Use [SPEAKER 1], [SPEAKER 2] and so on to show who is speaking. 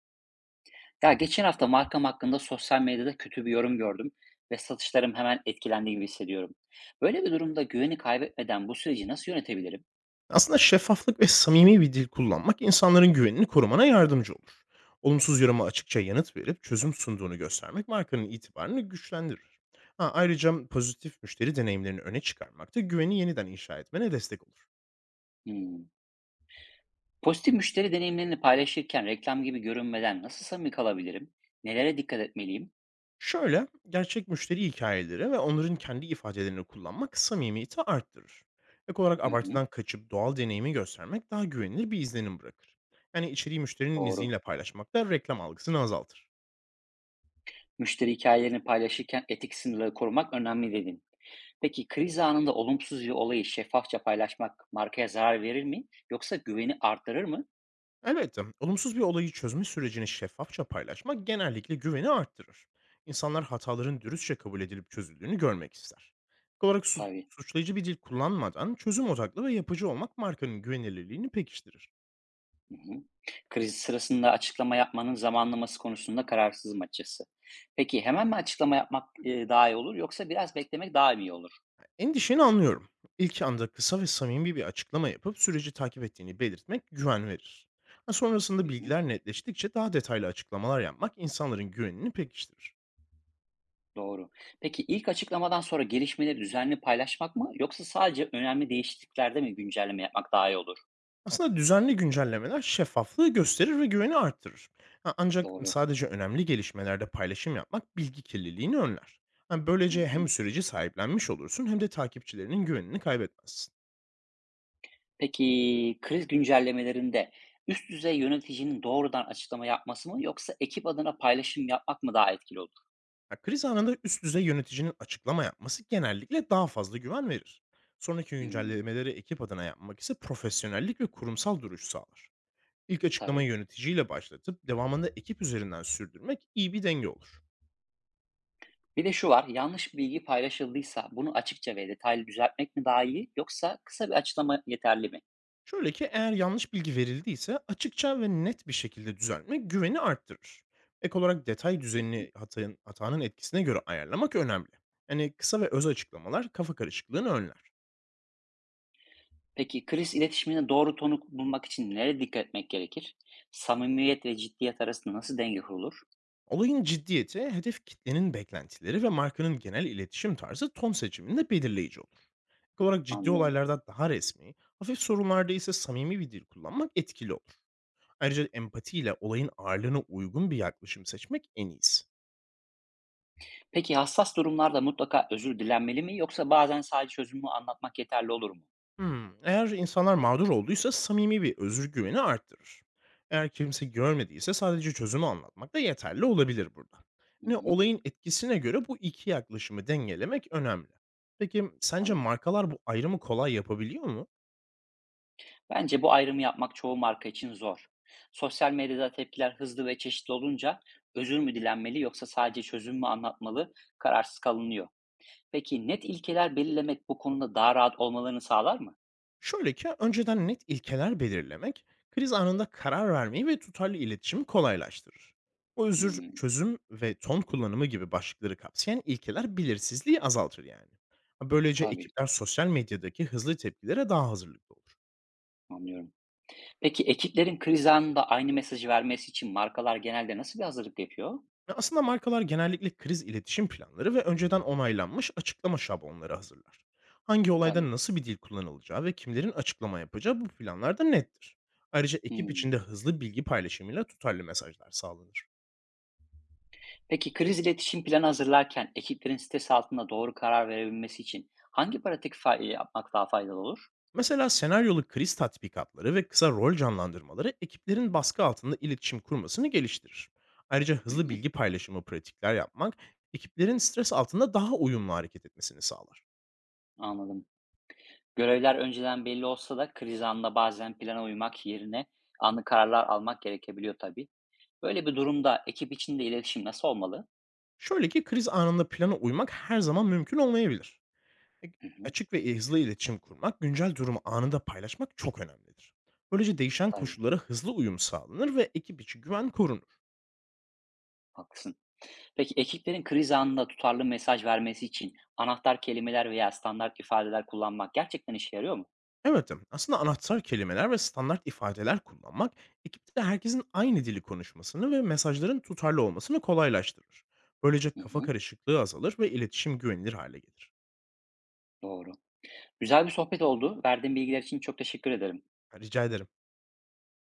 [SPEAKER 1] Ya geçen hafta markam hakkında sosyal medyada kötü bir yorum gördüm ve satışlarım hemen etkilendi gibi hissediyorum. Böyle bir durumda güveni kaybetmeden bu süreci nasıl yönetebilirim?
[SPEAKER 2] Aslında şeffaflık ve samimi bir dil kullanmak insanların güvenini korumana yardımcı olur. Olumsuz yoruma açıkça yanıt verip çözüm sunduğunu göstermek markanın itibarını güçlendirir. Ha, Ayrıca pozitif müşteri deneyimlerini öne çıkarmak da güveni yeniden inşa etmene destek olur.
[SPEAKER 1] Hmm. Pozitif müşteri deneyimlerini paylaşırken reklam gibi görünmeden nasıl samimi kalabilirim? Nelere dikkat etmeliyim?
[SPEAKER 2] Şöyle, gerçek müşteri hikayeleri ve onların kendi ifadelerini kullanmak samimiyeti arttırır. Ek olarak
[SPEAKER 1] Hı hı,
[SPEAKER 2] abartıdan kaçıp doğal deneyimi göstermek daha güvenilir bir izlenim bırakır. Yani içeriği müşterinin
[SPEAKER 1] doğru.
[SPEAKER 2] izniyle paylaşmak da reklam algısını azaltır.
[SPEAKER 1] Müşteri hikayelerini paylaşırken etik sınırları korumak önemli dedin. Peki kriz anında olumsuz bir olayı şeffafça paylaşmak markaya zarar verir mi? Yoksa güveni artırır mı?
[SPEAKER 2] Elbette, olumsuz bir olayı çözme sürecini şeffafça paylaşmak genellikle güveni arttırır. İnsanlar hataların dürüstçe kabul edilip çözüldüğünü görmek ister. İlk olarak
[SPEAKER 1] Tabii.
[SPEAKER 2] suçlayıcı bir dil kullanmadan çözüm odaklı ve yapıcı olmak markanın güvenilirliğini pekiştirir.
[SPEAKER 1] Hı hı. Kriz sırasında açıklama yapmanın zamanlaması konusunda kararsızım açıkçası. Peki hemen mi açıklama yapmak daha iyi olur yoksa biraz beklemek daha mı iyi olur?
[SPEAKER 2] Endişeni anlıyorum. İlk anda kısa ve samimi bir açıklama yapıp süreci takip ettiğini belirtmek güven verir. Ha,
[SPEAKER 1] Hı
[SPEAKER 2] Sonrasında
[SPEAKER 1] hı,
[SPEAKER 2] bilgiler netleştikçe daha detaylı açıklamalar yapmak insanların güvenini pekiştirir.
[SPEAKER 1] doğru. Peki ilk açıklamadan sonra gelişmeleri düzenli paylaşmak mı yoksa sadece önemli değişikliklerde mi güncelleme yapmak daha iyi olur?
[SPEAKER 2] Aslında düzenli güncellemeler şeffaflığı gösterir ve güveni arttırır. Ha, Ancak
[SPEAKER 1] Doğru.
[SPEAKER 2] sadece önemli gelişmelerde paylaşım yapmak bilgi kirliliğini önler. Ha,
[SPEAKER 1] Hı
[SPEAKER 2] Böylece hem
[SPEAKER 1] hı.
[SPEAKER 2] süreci sahiplenmiş olursun hem de takipçilerinin güvenini kaybetmezsin.
[SPEAKER 1] Peki kriz güncellemelerinde üst düzey yöneticinin doğrudan açıklama yapması mı yoksa ekip adına paylaşım yapmak mı daha etkili olur?
[SPEAKER 2] Ha, Kriz anında üst düzey yöneticinin açıklama yapması genellikle daha fazla güven verir. Sonraki
[SPEAKER 1] Hmm,
[SPEAKER 2] güncellemeleri ekip adına yapmak ise profesyonellik ve kurumsal duruş sağlar. İlk açıklamayı
[SPEAKER 1] tabii.
[SPEAKER 2] yöneticiyle başlatıp devamında ekip üzerinden sürdürmek iyi bir denge olur.
[SPEAKER 1] Bir de şu var, yanlış bir bilgi paylaşıldıysa bunu açıkça ve detaylı düzeltmek mi daha iyi yoksa kısa bir açıklama yeterli mi?
[SPEAKER 2] Şöyle ki eğer yanlış bilgi verildiyse açıkça ve net bir şekilde düzeltmek güveni arttırır. Ek olarak detay düzenini hatanın etkisine göre ayarlamak önemli. Yani kısa ve öz açıklamalar kafa karışıklığını önler.
[SPEAKER 1] Peki kriz iletişimine doğru tonu bulmak için nereye dikkat etmek gerekir? Samimiyet ve ciddiyet arasında nasıl denge kurulur?
[SPEAKER 2] Olayın ciddiyeti, hedef kitlenin beklentileri ve markanın genel iletişim tarzı ton seçiminde belirleyici olur. Ek olarak ciddi
[SPEAKER 1] Anlıyorum.
[SPEAKER 2] olaylarda daha resmi, hafif sorunlarda ise samimi bir dil kullanmak etkili olur. Ayrıca empatiyle olayın ağırlığına uygun bir yaklaşım seçmek en iyisi.
[SPEAKER 1] Peki hassas durumlarda mutlaka özür dilenmeli mi yoksa bazen sadece çözümü anlatmak yeterli olur mu?
[SPEAKER 2] Hımm. Eğer insanlar mağdur olduysa samimi bir özür güveni arttırır. Eğer kimse görmediyse sadece çözümü anlatmak da yeterli olabilir burada.
[SPEAKER 1] Hı
[SPEAKER 2] Hani
[SPEAKER 1] hı,
[SPEAKER 2] olayın etkisine göre bu iki yaklaşımı dengelemek önemli. Peki sence
[SPEAKER 1] tabii.
[SPEAKER 2] markalar bu ayrımı kolay yapabiliyor mu?
[SPEAKER 1] Bence bu ayrımı yapmak çoğu marka için zor. Sosyal medyada tepkiler hızlı ve çeşitli olunca özür mü dilenmeli yoksa sadece çözüm mü anlatmalı kararsız kalınıyor. Peki net ilkeler belirlemek bu konuda daha rahat olmalarını sağlar mı?
[SPEAKER 2] Şöyle ki önceden net ilkeler belirlemek kriz anında karar vermeyi ve tutarlı iletişimi kolaylaştırır. O özür,
[SPEAKER 1] Hmm,
[SPEAKER 2] çözüm ve ton kullanımı gibi başlıkları kapsayan ilkeler belirsizliği azaltır yani. Böylece
[SPEAKER 1] tabii
[SPEAKER 2] ekipler sosyal medyadaki hızlı tepkilere daha hazırlıklı olur.
[SPEAKER 1] anlıyorum. Peki ekiplerin kriz anında aynı mesajı vermesi için markalar genelde nasıl bir hazırlık yapıyor?
[SPEAKER 2] Ve aslında markalar genellikle kriz iletişim planları ve önceden onaylanmış açıklama şablonları hazırlar. Hangi
[SPEAKER 1] Tabii.
[SPEAKER 2] olayda nasıl bir dil kullanılacağı ve kimlerin açıklama yapacağı bu planlarda nettir. Ayrıca ekip
[SPEAKER 1] Hmm.
[SPEAKER 2] içinde hızlı bilgi paylaşımıyla tutarlı mesajlar sağlanır.
[SPEAKER 1] Peki kriz iletişim planı hazırlarken ekiplerin stres altında doğru karar verebilmesi için hangi pratik yapmak daha faydalı olur?
[SPEAKER 2] Mesela senaryolu kriz tatbikatları ve kısa rol canlandırmaları ekiplerin baskı altında iletişim kurmasını geliştirir. Ayrıca
[SPEAKER 1] Hı
[SPEAKER 2] hızlı
[SPEAKER 1] hı,
[SPEAKER 2] bilgi paylaşımı pratikler yapmak ekiplerin stres altında daha uyumlu hareket etmesini sağlar.
[SPEAKER 1] anladım. Görevler önceden belli olsa da kriz anında bazen plana uymak yerine anlık kararlar almak gerekebiliyor tabii. Böyle bir durumda ekip içinde iletişim nasıl olmalı?
[SPEAKER 2] Şöyle ki kriz anında plana uymak her zaman mümkün olmayabilir. E,
[SPEAKER 1] Hı hı,
[SPEAKER 2] Açık ve hızlı iletişim kurmak, güncel durumu anında paylaşmak çok önemlidir. Böylece değişen
[SPEAKER 1] tabii.
[SPEAKER 2] koşullara hızlı uyum sağlanır ve ekip içi güven korunur.
[SPEAKER 1] Haklısın. Peki ekiplerin kriz anında tutarlı mesaj vermesi için anahtar kelimeler veya standart ifadeler kullanmak gerçekten işe yarıyor mu?
[SPEAKER 2] Evet, evet, aslında anahtar kelimeler ve standart ifadeler kullanmak ekipte herkesin aynı dili konuşmasını ve mesajların tutarlı olmasını kolaylaştırır. Böylece
[SPEAKER 1] Hı
[SPEAKER 2] kafa
[SPEAKER 1] hı,
[SPEAKER 2] karışıklığı azalır ve iletişim güvenilir hale gelir.
[SPEAKER 1] doğru. Güzel bir sohbet oldu. Verdiğin bilgiler için çok teşekkür ederim.
[SPEAKER 2] Rica ederim.